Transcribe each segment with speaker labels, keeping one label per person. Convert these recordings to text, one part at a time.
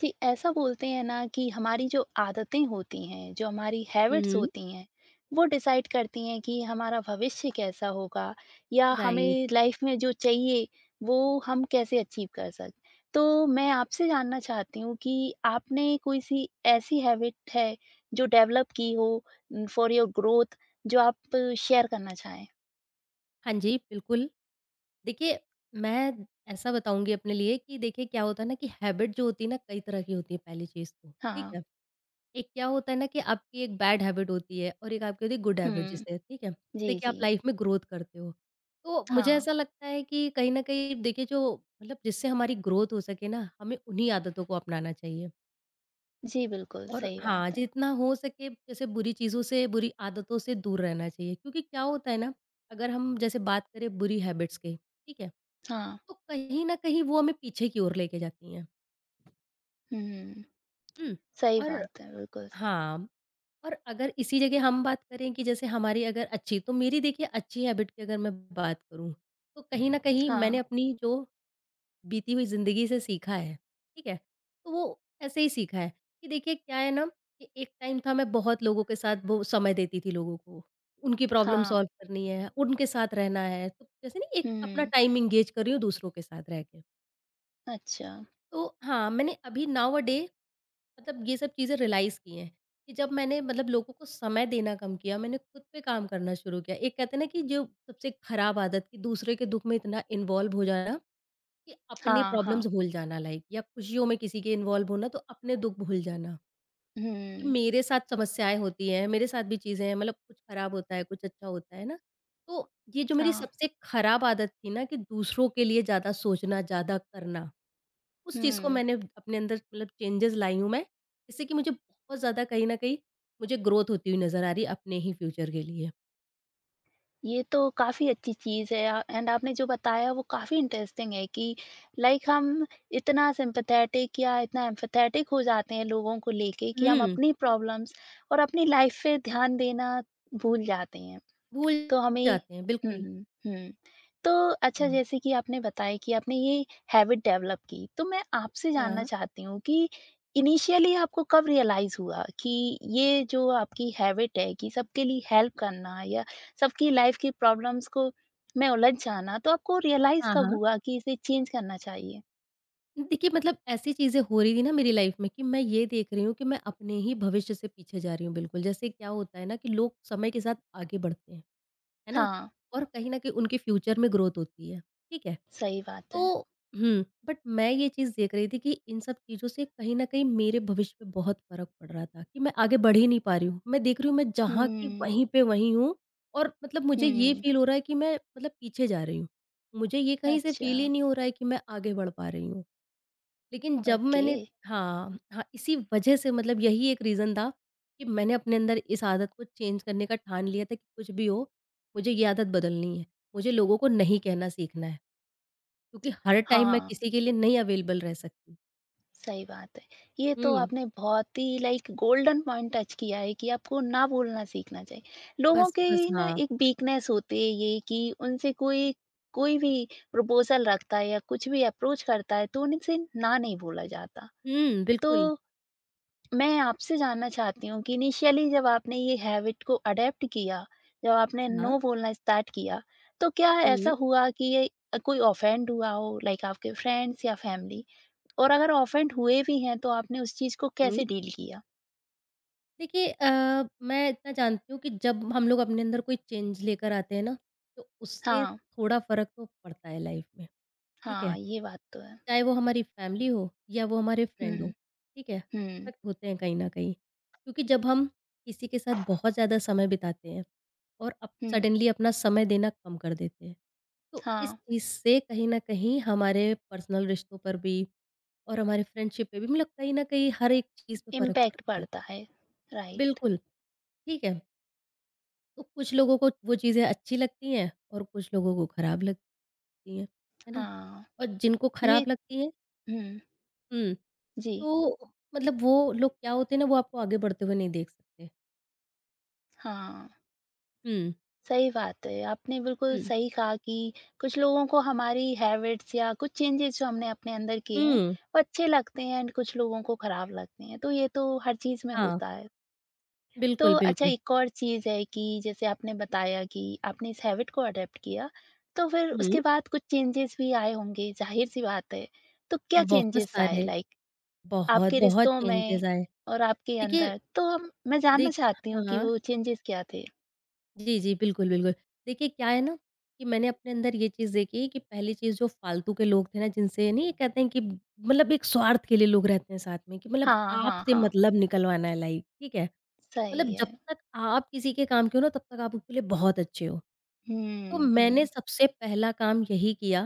Speaker 1: कि ऐसा बोलते हैं ना कि हमारी जो आदतें होती हैं, जो हमारी हैबिट्स
Speaker 2: हुँ,
Speaker 1: होती हैं, वो डिसाइड करती हैं कि हमारा भविष्य कैसा होगा या
Speaker 2: राइट।
Speaker 1: हमें लाइफ में जो चाहिए, वो हम कैसे अचीव कर सकें। तो मैं आपसे जानना चाहती हूँ कि आपने कोई-सी ऐसी हैबिट है, जो डेवलप की हो फॉर योर ग्रोथ जो आप शेयर करना चाहें?
Speaker 2: हाँ जी, बिल्कुल। देखिए, मैं ऐसा बताऊँगी अपने लिए कि देखिए क्या होता है ना कि हैबिट जो होती है ना कई तरह की होती है पहली चीज़ तो, ठीक
Speaker 1: हाँ।
Speaker 2: है? एक क्या होता है ना कि आपकी एक बैड हैबिट होती है और एक आपकी होती है गुड हैबिट
Speaker 1: हुँ।
Speaker 2: जिसे, ठीक है? जिससे
Speaker 1: जी,
Speaker 2: कि आप
Speaker 1: जी।
Speaker 2: लाइफ़ में ग्रोथ करते हो। तो मुझे
Speaker 1: हाँ।
Speaker 2: ऐसा लगता है कि कहीं न कहीं देखिए जो मतलब जिससे हमारी ग्रोथ हो सके ना, हमें उन्हीं आदतों को अपनाना चाहिए।
Speaker 1: जी, बिल्कुल,
Speaker 2: और
Speaker 1: सही
Speaker 2: हाँ,
Speaker 1: बात है।
Speaker 2: जितना हो सके जैसे बुरी चीज़ों से, बुरी आदतों से दूर रहना चाहिए क्योंकि क्या होता है ना, अगर हम जैसे बात करें बुरी हैबिट्स की, ठीक है?
Speaker 1: हाँ।
Speaker 2: तो कहीं न कहीं वो हमें पीछे की ओर लेके जाती हैं।
Speaker 1: हुँ, हुँ।
Speaker 2: हुँ।
Speaker 1: सही
Speaker 2: और
Speaker 1: बात है, बिल्कुल सही।
Speaker 2: हाँ, और अगर इसी जगह हम बात करें कि जैसे हमारी अगर अच्छी तो मेरी देखिए अच्छी हैबिट की अगर मैं बात करूँ, तो कहीं न कहीं मैंने
Speaker 1: हाँ,
Speaker 2: अपनी जो बीती हुई ज़िंदगी से सीखा है, ठीक है? तो वो ऐसे ही सीखा है कि देखिए क्या है ना कि एक टाइम था मैं बहुत लोगों के साथ वो समय देती थी लोगों को, उनकी प्रॉब्लम
Speaker 1: हाँ,
Speaker 2: सॉल्व करनी है, उनके साथ रहना है, तो जैसे नहीं एक अपना
Speaker 1: हुँ,
Speaker 2: टाइम एंगेज कर रही हूँ दूसरों के साथ रह के।
Speaker 1: अच्छा,
Speaker 2: तो हाँ, मैंने अभी नाउ अ डे मतलब ये सब चीज़ें रियलाइज़ की हैं कि जब मैंने मतलब लोगों को समय देना कम किया, मैंने खुद पे काम करना शुरू किया। एक कहते हैं ना कि जो सबसे खराब आदत कि दूसरे के दुःख में इतना इन्वॉल्व हो जाना कि अपने
Speaker 1: हाँ,
Speaker 2: प्रॉब्लम्स भूल जाना लाइक या खुशियों में किसी के इन्वॉल्व होना तो अपने दुःख भूल जाना, कि
Speaker 1: हुँ,
Speaker 2: मेरे साथ समस्याएँ होती हैं, मेरे साथ भी चीज़ें हैं मतलब कुछ खराब होता है, कुछ अच्छा होता है ना। तो ये जो मेरी
Speaker 1: हाँ,
Speaker 2: सबसे खराब आदत थी ना कि दूसरों के लिए ज़्यादा सोचना, ज़्यादा करना, उस चीज़ को
Speaker 1: हुँ,
Speaker 2: मैंने अपने अंदर मतलब चेंजेज़ लाई हूँ मैं, जिससे कि मुझे बहुत ज़्यादा कहीं न कहीं मुझे ग्रोथ होती हुई नज़र आ रही है अपने ही फ्यूचर के लिए।
Speaker 1: ये तो काफ़ी अच्छी चीज़ है एंड आपने जो बताया वो काफ़ी इंटरेस्टिंग है कि लाइक हम इतना सिम्पैथेटिक या इतना एम्पैथेटिक हो जाते हैं लोगों को लेके कि हम
Speaker 2: हुँ,
Speaker 1: अपनी प्रॉब्लम्स और अपनी लाइफ़ पे ध्यान देना भूल जाते हैं।
Speaker 2: भूल
Speaker 1: तो हमें
Speaker 2: जाते हैं
Speaker 1: हुँ,
Speaker 2: बिल्कुल।
Speaker 1: हुँ, हुँ। तो अच्छा
Speaker 2: हुँ।
Speaker 1: जैसे कि आपने बताया कि आपने ये हैबिट डेवलप की, तो मैं आपसे जानना
Speaker 2: हाँ,
Speaker 1: चाहती हूँ कि इनिशियली आपको कब रियलाइज़ हुआ कि ये जो आपकी हैबिट है कि सबके लिए हेल्प करना या सबकी लाइफ़ की प्रॉब्लम्स को में उलझ जाना, तो आपको रियलाइज़
Speaker 2: हाँ,
Speaker 1: कब
Speaker 2: हाँ।
Speaker 1: हुआ कि इसे चेंज करना चाहिए?
Speaker 2: देखिए मतलब ऐसी चीज़ें हो रही थी ना मेरी लाइफ में कि मैं ये देख रही हूँ कि मैं अपने ही भविष्य से पीछे जा रही हूँ बिल्कुल। जैसे क्या होता है ना कि लोग समय के साथ आगे बढ़ते हैं, है ना?
Speaker 1: हाँ,
Speaker 2: और कहीं न कहीं उनके फ्यूचर में ग्रोथ होती है, ठीक है?
Speaker 1: सही बात है।
Speaker 2: तो बट मैं ये चीज़ देख रही थी कि इन सब चीज़ों से कहीं न कहीं मेरे भविष्य पे बहुत फ़र्क पड़ रहा था कि मैं आगे बढ़ ही नहीं पा रही हूँ। मैं देख रही हूँ मैं जहाँ की
Speaker 1: हुँ,
Speaker 2: वहीं पे वहीं हूँ और मतलब मुझे ये
Speaker 1: हुँ।
Speaker 2: फ़ील हो रहा है कि मैं मतलब पीछे जा रही हूँ। मुझे ये कहीं से
Speaker 1: अच्छा,
Speaker 2: फ़ील ही नहीं हो रहा है कि मैं आगे बढ़ पा रही हूँ। लेकिन जब
Speaker 1: ओके।
Speaker 2: मैंने हाँ, हाँ, इसी वजह से मतलब यही एक रीज़न था कि मैंने अपने अंदर इस आदत को चेंज करने का ठान लिया था कि कुछ भी हो, मुझे ये आदत बदलनी है। मुझे लोगों को नहीं कहना सीखना है, क्योंकि हर टाइम मैं
Speaker 1: हाँ।
Speaker 2: किसी के लिए नहीं अवेलेबल रह सकती।
Speaker 1: सही बात है। ये तो
Speaker 2: हुँ,
Speaker 1: आपने बहुत ही लाइक गोल्डन पॉइंट टच किया है कि आपको ना बोलना सीखना चाहिए। लोगों
Speaker 2: बस, बस,
Speaker 1: की ना
Speaker 2: हाँ।
Speaker 1: एक वीकनेस होती है ये कि उनसे कोई कोई भी प्रपोज़ल रखता है या कुछ भी अप्रोच करता है तो उनसे ना नहीं बोला जाता।
Speaker 2: हुँ,
Speaker 1: तो
Speaker 2: बिल्कुल।
Speaker 1: मैं आपसे जानना चाहती हूँ कि इनिशियली जब आपने ये हैबिट को अडॉप्ट किया, जब आपने
Speaker 2: हाँ।
Speaker 1: नो बोलना स्टार्ट किया, तो क्या ऐसा
Speaker 2: हुँ,
Speaker 1: हुआ कि ये कोई ऑफेंड हुआ हो लाइक आपके फ्रेंड्स या फैमिली? और अगर ऑफेंड हुए भी हैं तो आपने उस चीज़ को
Speaker 2: हुँ।
Speaker 1: कैसे डील किया?
Speaker 2: देखिए मैं इतना जानती हूँ कि जब हम लोग अपने अंदर कोई चेंज लेकर आते हैं ना, तो उससे
Speaker 1: हाँ,
Speaker 2: थोड़ा फ़र्क तो पड़ता है लाइफ़ में, ठीक है?
Speaker 1: हाँ, ये बात तो है।
Speaker 2: चाहे वो हमारी फ़ैमिली हो या वो हमारे फ्रेंड हो,
Speaker 1: हुँ,
Speaker 2: ठीक है?
Speaker 1: हुँ,
Speaker 2: इफ़ेक्ट होते हैं कहीं न कहीं। क्योंकि जब हम किसी के साथ बहुत ज़्यादा समय बिताते हैं और अप
Speaker 1: हुँ,
Speaker 2: सडनली अपना समय देना कम कर देते हैं, तो इस
Speaker 1: हाँ,
Speaker 2: चीज़ से कहीं न कहीं हमारे पर्सनल रिश्तों पर भी और हमारे फ्रेंडशिप पे भी मतलब कहीं न कहीं हर एक चीज़ पे फ़र्क
Speaker 1: इम्पैक्ट
Speaker 2: पड़ता है।
Speaker 1: पड़ता है। राइट,
Speaker 2: बिल्कुल। ठीक है? तो कुछ लोगों को वो चीज़ें अच्छी लगती हैं और कुछ लोगों को खराब लगती हैं, है ना?
Speaker 1: हाँ,
Speaker 2: और जिनको
Speaker 1: ये
Speaker 2: खराब लगती हैं
Speaker 1: हुँ,
Speaker 2: हुँ,
Speaker 1: जी,
Speaker 2: तो मतलब वो लोग क्या होते हैं ना, वो आपको आगे बढ़ते हुए नहीं देख सकते।
Speaker 1: हाँ,
Speaker 2: हुँ,
Speaker 1: सही बात है। आपने बिल्कुल
Speaker 2: हुँ,
Speaker 1: सही कहा कि कुछ लोगों को हमारी हैबिट्स या कुछ चेंजेज़ जो हमने अपने अंदर किए हैं,
Speaker 2: हुँ,
Speaker 1: वो अच्छे लगते हैं एंड कुछ लोगों को खराब लगते हैं, तो ये तो हर चीज़ में
Speaker 2: हाँ,
Speaker 1: होता है। तो
Speaker 2: बिल्कुल,
Speaker 1: अच्छा
Speaker 2: बिल्कुल।
Speaker 1: एक और चीज़ है कि जैसे आपने बताया कि आपने इस हैबिट को अडॉप्ट किया, तो फिर
Speaker 2: हुँ,
Speaker 1: उसके बाद कुछ चेंजेस भी आए होंगे, ज़ाहिर-सी बात है। तो क्या
Speaker 2: बहुत
Speaker 1: चेंजेस आए
Speaker 2: सारे
Speaker 1: लाइक
Speaker 2: बहुत,
Speaker 1: आपके
Speaker 2: बहुत
Speaker 1: रिश्तों में
Speaker 2: चेंजेज़ आए।
Speaker 1: और आपके
Speaker 2: देखिए
Speaker 1: अंदर? तो हम मैं जानना
Speaker 2: देख
Speaker 1: चाहती हूँ कि
Speaker 2: हाँ।
Speaker 1: वो चेंजेस क्या थे?
Speaker 2: जी, जी। बिल्कुल, बिल्कुल। देखिए क्या है ना कि मैंने अपने अंदर ये चीज़ देखी कि पहली चीज़ जो फालतू के लोग थे ना जिनसे नहीं ये कहते हैं कि मतलब एक स्वार्थ के लिए लोग रहते हैं साथ में कि मतलब
Speaker 1: हाँ, हाँ,
Speaker 2: आपसे
Speaker 1: हाँ।
Speaker 2: मतलब निकलवाना है लाइक, ठीक है? मतलब
Speaker 1: सही है।
Speaker 2: जब तक आप किसी के काम के हो ना तब तक आप उसके लिए बहुत अच्छे हो। तो
Speaker 1: हुँ,
Speaker 2: मैंने
Speaker 1: हुँ।
Speaker 2: सबसे पहला काम यही किया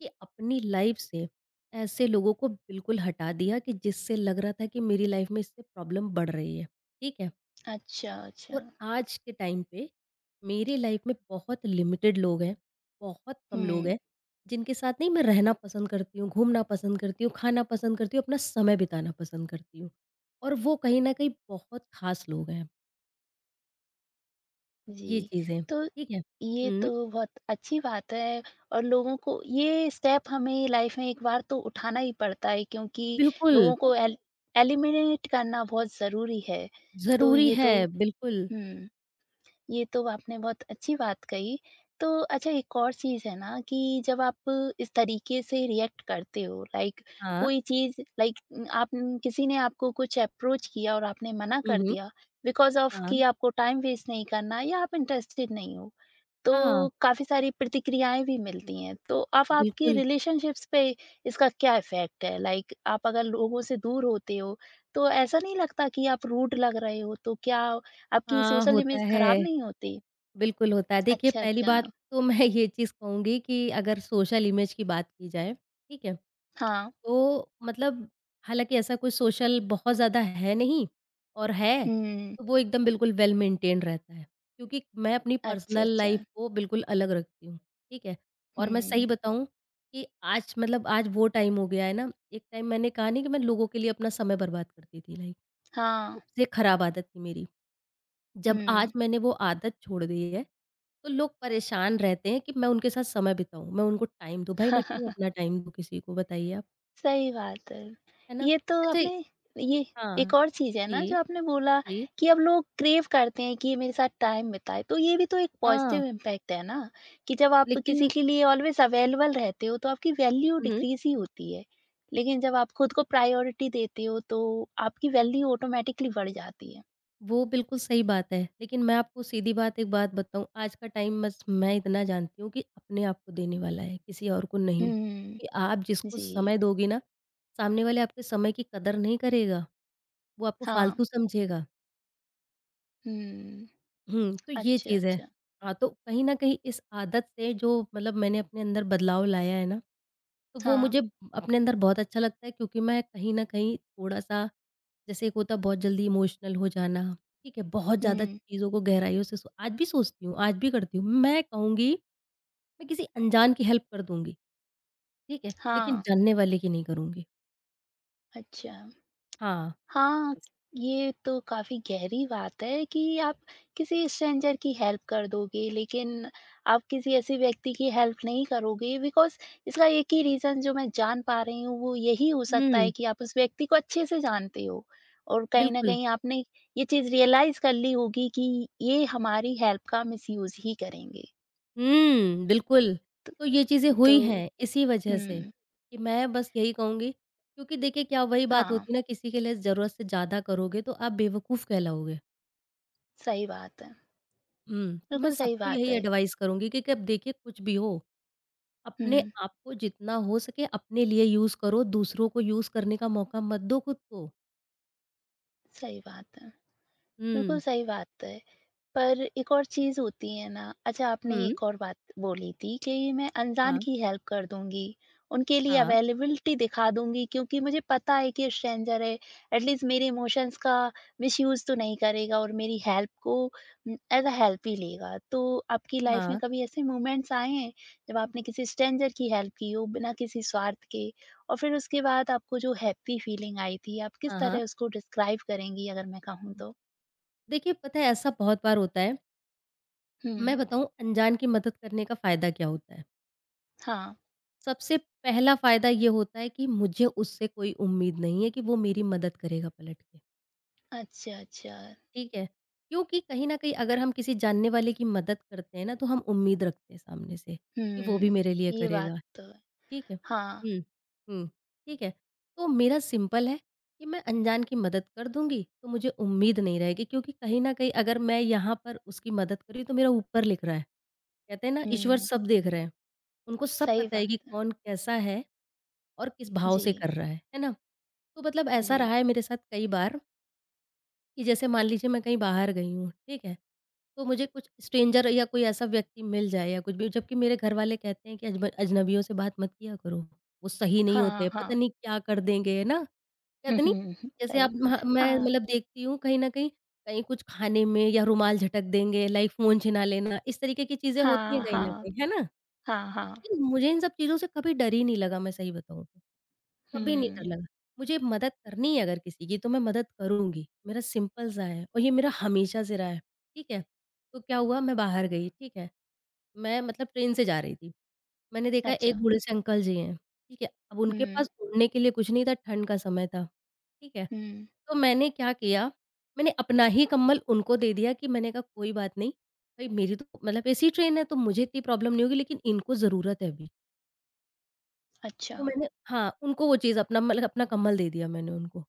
Speaker 2: कि अपनी लाइफ़ से ऐसे लोगों को बिल्कुल हटा दिया कि जिससे लग रहा था कि मेरी लाइफ़ में इससे प्रॉब्लम बढ़ रही है, ठीक है?
Speaker 1: अच्छा, अच्छा।
Speaker 2: और आज के टाइम पे मेरे लाइफ में बहुत लिमिटेड लोग हैं, बहुत कम लोग
Speaker 1: हुँ।
Speaker 2: हैं, जिनके साथ नहीं मैं रहना पसंद करती हूँ, घूमना पसंद करती हूँ, खाना पसंद करती हूँ, अपना समय बिताना पसंद करती हूँ। और वो कहीं न कहीं बहुत ख़ास लोग हैं, ये
Speaker 1: जी,
Speaker 2: चीज़ें,
Speaker 1: तो
Speaker 2: ठीक है?
Speaker 1: ये
Speaker 2: हुँ,
Speaker 1: तो बहुत अच्छी बात है और लोगों को ये स्टेप हमें लाइफ में एक बार तो उठाना ही पड़ता है क्योंकि
Speaker 2: बिल्कुल,
Speaker 1: लोगों को एल एलिमिनेट करना बहुत ज़रूरी है। तो
Speaker 2: ज़रूरी
Speaker 1: ये
Speaker 2: है,
Speaker 1: तो
Speaker 2: बिल्कुल।
Speaker 1: हुँ। ये तो आपने बहुत अच्छी बात कही। तो अच्छा एक और चीज़ है ना कि जब आप इस तरीके से रिएक्ट करते हो लाइक
Speaker 2: हाँ।
Speaker 1: कोई चीज़ लाइक आप किसी ने आपको कुछ अप्रोच किया और आपने मना
Speaker 2: हुँ,
Speaker 1: कर
Speaker 2: हुँ।
Speaker 1: दिया बिकॉज़ ऑफ
Speaker 2: हाँ,
Speaker 1: कि आपको टाइम वेस्ट नहीं करना या आप इंटरेस्टेड नहीं हो। तो
Speaker 2: हाँ,
Speaker 1: काफ़ी सारी प्रतिक्रियाएँ भी मिलती हैं, तो अब आपकी
Speaker 2: बिल्कुल।
Speaker 1: रिलेशनशिप्स पे इसका क्या इफ़ेक्ट है? लाइक आप अगर लोगों से दूर होते हो, तो ऐसा नहीं लगता कि आप रूड लग रहे हो, तो क्या आपकी
Speaker 2: हाँ,
Speaker 1: सोशल
Speaker 2: होता
Speaker 1: इमेज खराब
Speaker 2: है।
Speaker 1: नहीं होती?
Speaker 2: बिल्कुल होता है। देखिए
Speaker 1: अच्छा,
Speaker 2: पहली
Speaker 1: अच्छा।
Speaker 2: बात तो मैं ये चीज़ कहूँगी कि अगर सोशल इमेज की बात की जाए, ठीक है?
Speaker 1: हाँ।
Speaker 2: तो मतलब हालाँकि ऐसा कोई सोशल बहुत ज़्यादा है नहीं और है
Speaker 1: हुँ।
Speaker 2: तो वो एकदम बिल्कुल वेल मेंटेन्ड रहता है। क्योंकि मैं अपनी
Speaker 1: अच्छा,
Speaker 2: पर्सनल
Speaker 1: अच्छा।
Speaker 2: लाइफ़ को बिल्कुल अलग रखती हूँ, ठीक है? और मैं
Speaker 1: हुँ।
Speaker 2: सही बताऊँ कि आज मतलब आज वो टाइम हो गया है ना, एक टाइम मैंने कहा नहीं कि मैं लोगों के लिए अपना समय बर्बाद करती थी लाइक,
Speaker 1: हाँ।
Speaker 2: सबसे खराब आदत थी मेरी। जब आज
Speaker 1: हुँ।
Speaker 2: मैंने वो आदत छोड़ दी है, तो लोग परेशान रहते हैं कि मैं उनके साथ समय बिताऊँ, मैं उनको टाइम दूँ, भई मैं क्यों अपना टाइम दूँ किसी को बताइए आप,
Speaker 1: सही बात है।
Speaker 2: है ना?
Speaker 1: ये तो
Speaker 2: अच्छा
Speaker 1: आपने ये
Speaker 2: हाँ,
Speaker 1: एक और चीज़ है ना
Speaker 2: जी,
Speaker 1: जो आपने बोला
Speaker 2: जी,
Speaker 1: कि अब लोग क्रेव करते हैं कि ये मेरे साथ टाइम बिताए, तो ये भी तो एक
Speaker 2: हाँ,
Speaker 1: पॉज़िटिव इम्पैक्ट है ना, कि जब आप किसी
Speaker 2: लेकिन
Speaker 1: के लिए ऑलवेज़ अवेलेबल रहते हो तो आपकी वैल्यू
Speaker 2: हुँ,
Speaker 1: डिक्रीज़ ही होती है। लेकिन जब आप खुद को प्रायोरिटी देते हो तो आपकी वैल्यू ऑटोमैटिकली बढ़ जाती है।
Speaker 2: वो बिल्कुल सही बात है, लेकिन मैं आपको सीधी बात एक बात बताऊँ, आज का टाइम बस मैं इतना जानती हूँ कि अपने आप को देने वाला है, किसी और को नहीं।
Speaker 1: हुँ,
Speaker 2: क्योंकि आप जिसको
Speaker 1: जी।
Speaker 2: समय दोगी ना, सामने वाले आपके समय की कदर नहीं करेगा, वो आपको
Speaker 1: हाँ।
Speaker 2: फालतू समझेगा।
Speaker 1: हुँ।
Speaker 2: हुँ, तो ये
Speaker 1: अच्छा,
Speaker 2: चीज़ है।
Speaker 1: अच्छा।
Speaker 2: हाँ, तो कहीं न कहीं इस आदत से जो मतलब मैंने अपने अंदर बदलाव लाया है ना, तो वो
Speaker 1: हाँ।
Speaker 2: मुझे अपने अंदर बहुत अच्छा लगता है क्योंकि मैं कहीं न कहीं थोड़ा-सा जैसे एक होता है बहुत जल्दी इमोशनल हो जाना, ठीक है? बहुत ज़्यादा
Speaker 1: हुँ।
Speaker 2: चीज़ों को गहराइयों से सो आज भी सोचती हूँ, आज भी करती हूँ। मैं कहूँगी मैं किसी अनजान की हेल्प कर दूँगी, ठीक है? लेकिन
Speaker 1: हाँ।
Speaker 2: जानने वाले की नहीं करूँगी।
Speaker 1: अच्छा।
Speaker 2: हाँ।
Speaker 1: हाँ, ये तो काफ़ी गहरी बात है कि आप किसी स्ट्रेंजर की हेल्प कर दोगे, लेकिन आप किसी ऐसे व्यक्ति की हेल्प नहीं करोगे बिकॉज़ इसका एक ही रीज़न जो मैं जान पा रही हूँ, वो यही हो सकता है
Speaker 2: हुँ,
Speaker 1: कि आप उस व्यक्ति को अच्छे से जानते हो और कहीं न
Speaker 2: बिल्कुल।
Speaker 1: कहीं आपने ये चीज़ रियलाइज़ कर ली होगी कि ये हमारी हेल्प का मिसयूज़ ही करेंगे।
Speaker 2: हुँ, बिल्कुल। तो ये चीज़ें
Speaker 1: तो
Speaker 2: हुई हैं इसी वजह से,
Speaker 1: हुँ,
Speaker 2: कि मैं बस यही कहूँगी क्योंकि देखिए क्या वही बात
Speaker 1: हाँ,
Speaker 2: होती है ना किसी के लिए ज़रूरत से ज़्यादा करोगे तो आप बेवकूफ़ कहलाओगे।
Speaker 1: सही बात है।
Speaker 2: हुँ, तो मैं
Speaker 1: बिल्कुल सही
Speaker 2: सबको
Speaker 1: बात
Speaker 2: यही
Speaker 1: है।
Speaker 2: एडवाइस करूँगी कि अब देखिए कुछ भी हो, अपने
Speaker 1: हुँ,
Speaker 2: आप को जितना हो सके अपने लिए यूज़ करो, दूसरों को यूज़ करने का मौका मत दो खुद को।
Speaker 1: सही बात है। बिल्कुल
Speaker 2: हुँ,
Speaker 1: सही बात है। पर एक और चीज़ होती है ना अच्छा आपने
Speaker 2: हुँ,
Speaker 1: एक और बात बोली थी कि मैं अनजान
Speaker 2: हाँ,
Speaker 1: की हेल्प कर दूँगी, उनके लिए
Speaker 2: हाँ,
Speaker 1: अवेलेबिलिटी दिखा दूँगी क्योंकि मुझे पता है कि स्ट्रेंजर है, एटलीस्ट मेरे इमोशंस का मिसयूज़ तो नहीं करेगा और मेरी हेल्प को एज़ अ हेल्प ही लेगा। तो आपकी लाइफ़ में
Speaker 2: हाँ,
Speaker 1: कभी ऐसे मोमेंट्स आए हैं, जब आपने किसी स्ट्रेंजर की हेल्प की हो बिना किसी स्वार्थ के? और फिर उसके बाद आपको जो हैप्पी फीलिंग आई थी, आप किस
Speaker 2: हाँ, हाँ।
Speaker 1: तरह उसको डिस्क्राइब करेंगी अगर मैं कहूँ तो?
Speaker 2: देखिए पता है ऐसा बहुत बार होता है,
Speaker 1: हुँ,
Speaker 2: मैं बताऊँ अनजान की मदद करने का फ़ायदा क्या होता है?
Speaker 1: हाँ।
Speaker 2: सबसे पहला फ़ायदा ये होता है कि मुझे उससे कोई उम्मीद नहीं है कि वो मेरी मदद करेगा पलट के,
Speaker 1: अच्छा, अच्छा।
Speaker 2: ठीक है? क्योंकि कहीं न कहीं अगर हम किसी जानने वाले की मदद करते हैं ना तो हम उम्मीद रखते हैं सामने से, कि वो भी
Speaker 1: हुँ,
Speaker 2: मेरे लिए
Speaker 1: ये बात
Speaker 2: करेगा,
Speaker 1: तो है।
Speaker 2: ठीक है?
Speaker 1: हाँ,
Speaker 2: हुँ। हुँ, ठीक है। तो मेरा सिंपल है कि मैं अनजान की मदद कर दूँगी तो मुझे उम्मीद नहीं रहेगी क्योंकि कहीं न कहीं अगर मैं यहाँ पर उसकी मदद कर रही हूँ तो मेरा ऊपर लिख रहा है। कहते हैं ना ईश्वर
Speaker 1: हुँ,
Speaker 2: सब देख रहे हैं। उनको सब
Speaker 1: सही
Speaker 2: पता है
Speaker 1: बात
Speaker 2: कि
Speaker 1: है।
Speaker 2: कौन कैसा है और किस भाव से
Speaker 1: जी,
Speaker 2: कर रहा है ना? तो मतलब ऐसा
Speaker 1: जी।
Speaker 2: रहा है मेरे साथ कई बार कि जैसे मान लीजिए मैं कहीं बाहर गई हूँ, ठीक है? तो मुझे कुछ स्ट्रेंजर या कोई ऐसा व्यक्ति मिल जाए या कुछ भी जबकि मेरे घरवाले कहते हैं कि अजब अजनबियों से बात मत किया करो, वो सही नहीं
Speaker 1: हाँ,
Speaker 2: होते, पता
Speaker 1: हाँ।
Speaker 2: नहीं क्या कर देंगे, है ना?
Speaker 1: हुँ,
Speaker 2: कहते नहीं
Speaker 1: हुँ, हुँ,
Speaker 2: जैसे
Speaker 1: सही
Speaker 2: आप मह मैं
Speaker 1: हाँ,
Speaker 2: मतलब देखती हूँ कहीं न कहीं, कहीं कुछ खाने में या रुमाल झटक देंगे, लाइक फ़ोन छिना लेना, इस तरीके की चीज़ें होती
Speaker 1: हाँ,
Speaker 2: हैं कहीं न
Speaker 1: हाँ,
Speaker 2: कहीं, है ना?
Speaker 1: हाँ, हाँ।
Speaker 2: लेकिन मुझे इन सब चीज़ों से कभी डर ही नहीं लगा मैं सही बताऊँ तो, कभी नहीं डर
Speaker 1: हुँ,
Speaker 2: लगा। मुझे मदद करनी है अगर किसी की तो मैं मदद करूँगी, मेरा सिंपल सा है और ये मेरा हमेशा से रहा है, ठीक है। तो क्या हुआ मैं बाहर गई, ठीक है। मैं मतलब ट्रेन से जा रही थी, मैंने देखा
Speaker 1: अच्छा।
Speaker 2: एक बूढ़े से अंकल जी हैं, ठीक है। अब उनके
Speaker 1: हुँ,
Speaker 2: पास ओढ़ने के लिए कुछ नहीं था, ठंड का समय था, ठीक है।
Speaker 1: हुँ,
Speaker 2: तो मैंने क्या किया, मैंने अपना ही कंबल उनको दे दिया कि मैंने कहा कोई बात नहीं, भई मेरी तो मतलब एसी ट्रेन है तो मुझे इतनी प्रॉब्लम नहीं होगी लेकिन इनको ज़रूरत है अभी।
Speaker 1: अच्छा,
Speaker 2: तो मैंने हाँ, उनको वो चीज़ अपना मतलब अपना कंबल दे दिया मैंने उनको।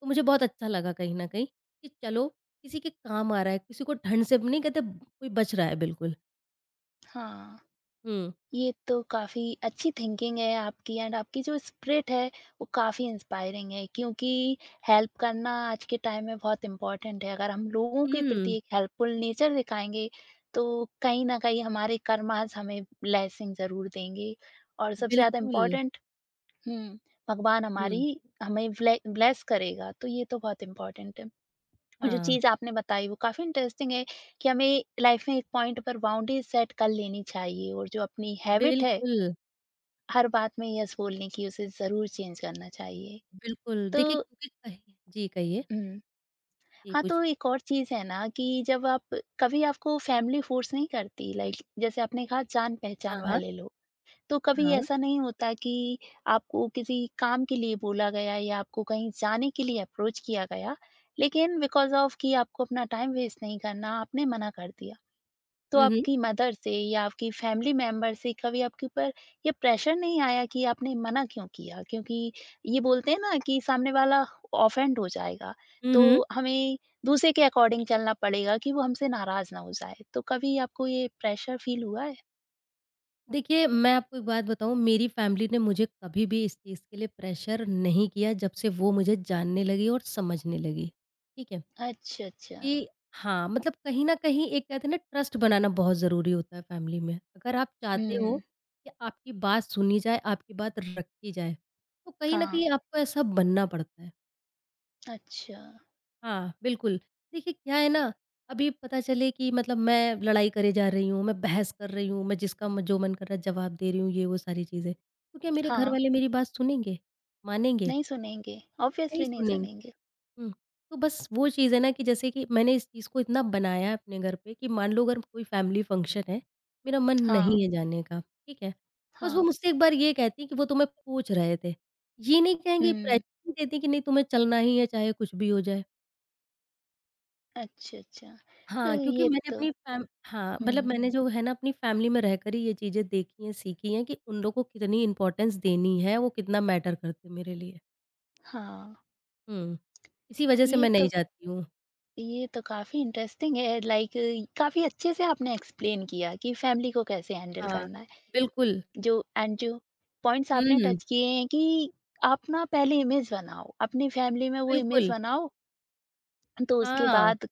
Speaker 2: तो मुझे बहुत अच्छा लगा कहीं न कहीं कि चलो किसी के काम आ रहा है, किसी को ठंड से नहीं कहते कोई बच रहा है बिल्कुल।
Speaker 1: हाँ।
Speaker 2: हुँ।
Speaker 1: ये तो काफ़ी अच्छी थिंकिंग है आपकी एंड आपकी जो स्पिरिट है वो काफ़ी इंस्पायरिंग है क्योंकि हेल्प करना आज के टाइम में बहुत इम्पोर्टेंट है अगर हम लोगों के प्रति
Speaker 2: हुँ,
Speaker 1: एक हेल्पफुल नेचर दिखाएंगे तो कहीं ना कहीं हमारे कर्मास हमें ब्लेसिंग जरूर देंगे और सबसे ज़्यादा
Speaker 2: बिल्कुल।
Speaker 1: इम्पोर्टेंट हम्म भगवान हमारी
Speaker 2: हुँ,
Speaker 1: हमें ब्लेस करेगा तो ये तो बहुत इम्पोर्टेंट है और जो
Speaker 2: हाँ,
Speaker 1: चीज़ आपने बताई वो काफ़ी इंटरेस्टिंग है कि हमें लाइफ में एक पॉइंट पर बाउंड्री सेट कर लेनी चाहिए और जो अपनी हैबिट है
Speaker 2: बिल्कुल,
Speaker 1: हर बात में यस बोलने की उसे ज़रूर चेंज करना चाहिए।
Speaker 2: बिल्कुल।
Speaker 1: तो
Speaker 2: देखिए क्योंकि कहीं जी, कहिए।
Speaker 1: हुँ,
Speaker 2: जी,
Speaker 1: हाँ,
Speaker 2: पूछिए।
Speaker 1: तो एक और चीज़ है ना कि जब आप कभी आपको फैमिली फ़ोर्स नहीं करती लाइक जैसे आपने कहा
Speaker 2: हाँ,
Speaker 1: जान-पहचान
Speaker 2: हाँ,
Speaker 1: वाले लोग। तो कभी
Speaker 2: हाँ।
Speaker 1: ऐसा नहीं होता कि आपको किसी काम के लिए बोला गया या आपको कहीं जाने के लिए अप्रोच किया गया, लेकिन बिकॉज़ ऑफ कि आपको अपना टाइम वेस्ट नहीं करना, आपने मना कर दिया? तो
Speaker 2: हुँ, हुँ।
Speaker 1: आपकी मदर से या आपकी फैमिली मेंबर से कभी आपके ऊपर ये प्रेशर नहीं आया कि आपने मना क्यों किया? क्योंकि ये बोलते हैं ना कि सामने वाला ऑफेंड हो जाएगा,
Speaker 2: हुँ, हुँ।
Speaker 1: तो हमें दूसरे के अकॉर्डिंग चलना पड़ेगा कि वो हमसे नाराज़ ना हो जाए। तो कभी आपको ये प्रेशर फील हुआ है?
Speaker 2: देखिए, मैं आपको एक बात बताऊँ, मेरी फैमिली ने मुझे कभी भी इस चीज़ के लिए प्रेशर नहीं किया जब से वो मुझे जानने लगी और समझने लगी। ठीक है?
Speaker 1: अच्छा, अच्छा।
Speaker 2: कि हाँ, मतलब कहीं न कहीं एक कहते हैं ना ट्रस्ट बनाना बहुत ज़रूरी होता है फैमिली में। अगर आप चाहते हो
Speaker 1: हुँ,
Speaker 2: कि आपकी बात सुनी जाए, आपकी बात रखी जाए, तो कहीं न
Speaker 1: हाँ।
Speaker 2: कहीं आपको ऐसा बनना पड़ता है।
Speaker 1: अच्छा।
Speaker 2: हाँ, बिल्कुल। देखिए क्या है ना, अभी पता चले कि मतलब मैं लड़ाई करे जा रही हूँ, मैं बहस कर रही हूँ, मैं जिसका म जो मन कर रहा है जवाब दे रही हूँ, ये वो सारी चीज़ें। तो क्या मेरे
Speaker 1: हाँ,
Speaker 2: घरवाले मेरी बात सुनेंगे? मानेंगे?
Speaker 1: नहीं सुनेंगे,
Speaker 2: नहीं
Speaker 1: ऑब्वियसली नहीं
Speaker 2: सुनेंगे।
Speaker 1: सुनेंगे।
Speaker 2: हुँ, तो बस वो चीज़ है ना कि जैसे कि मैंने इस चीज़ को इतना बनाया है अपने घर पे कि मान लो अगर कोई फैमिली फंक्शन है, मेरा मन
Speaker 1: हाँ,
Speaker 2: नहीं है जाने का, ठीक है? बस वो
Speaker 1: हाँ।
Speaker 2: मुझसे एक बार ये कहती हैं कि वो तुम्हें पूछ रहे थे। ये नहीं कहेंगे, प्रेशर
Speaker 1: हुँ,
Speaker 2: नहीं देती कि नहीं तुम्हें चलना ही है चाहे कुछ भी हो जाए।
Speaker 1: अच्छा, अच्छा। तो
Speaker 2: हाँ, क्योंकि
Speaker 1: ये
Speaker 2: मैंने
Speaker 1: तो
Speaker 2: अपनी फैम हाँ, मतलब
Speaker 1: हुँ,
Speaker 2: मैंने जो है ना अपनी फैमिली में रहकर ही ये चीज़ें देखी हैं, सीखी हैं कि उन लोगों को कितनी इम्पोर्टेंस देनी है, वो कितना मैटर करते हैं मेरे लिए।
Speaker 1: हाँ।
Speaker 2: हुँ, इसी वजह से
Speaker 1: ये
Speaker 2: मैं
Speaker 1: तो
Speaker 2: नहीं जाती हूँ।
Speaker 1: ये तो काफ़ी इंटरेस्टिंग है लाइक काफ़ी अच्छे से आपने एक्सप्लेन किया कि फैमिली को कैसे हैंडल
Speaker 2: हाँ,
Speaker 1: करना है।
Speaker 2: बिल्कुल।
Speaker 1: जो एंड जो पॉइंट्स आपने
Speaker 2: हुँ,
Speaker 1: टच किए हैं कि आप ना पहले इमेज बनाओ, अपनी फैमिली में वो इमेज
Speaker 2: बिल्कुल।
Speaker 1: बनाओ, तो उसके
Speaker 2: हाँ।
Speaker 1: बाद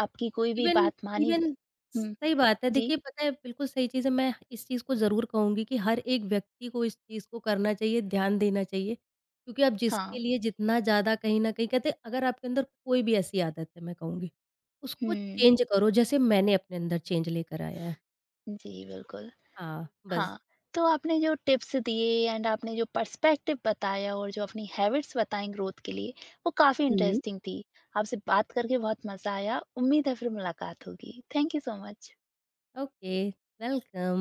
Speaker 1: आपकी कोई भी
Speaker 2: इवन
Speaker 1: बात मानी ज
Speaker 2: इवन
Speaker 1: हुँ,
Speaker 2: सही बात है।
Speaker 1: जी,
Speaker 2: देखिए पता है बिल्कुल सही चीज़ है। मैं इस चीज़ को ज़रूर कहूँगी कि हर एक व्यक्ति को इस चीज़ को करना चाहिए, ध्यान देना चाहिए। क्योंकि आप
Speaker 1: हाँ।
Speaker 2: जिसके लिए जितना ज़्यादा कहीं न कहीं कहते हैं अगर आपके अंदर कोई भी ऐसी आदत है मैं कहूँगी, उसको
Speaker 1: हुँ,
Speaker 2: चेंज करो जैसे मैंने अपने अंदर चेंज लेकर आया है।
Speaker 1: जी, बिल्कुल।
Speaker 2: हाँ, बस।
Speaker 1: हाँ, तो आपने जो टिप्स दिए एंड आपने जो पर्सपेक्टिव बताया और जो अपनी हैबिट्स बताई ग्रोथ के लिए, वो काफ़ी
Speaker 2: हुँ,
Speaker 1: इंटरेस्टिंग थी। आपसे बात करके बहुत मज़ा आया। उम्मीद है फिर मुलाकात होगी। Thank you so much.
Speaker 2: Okay, welcome.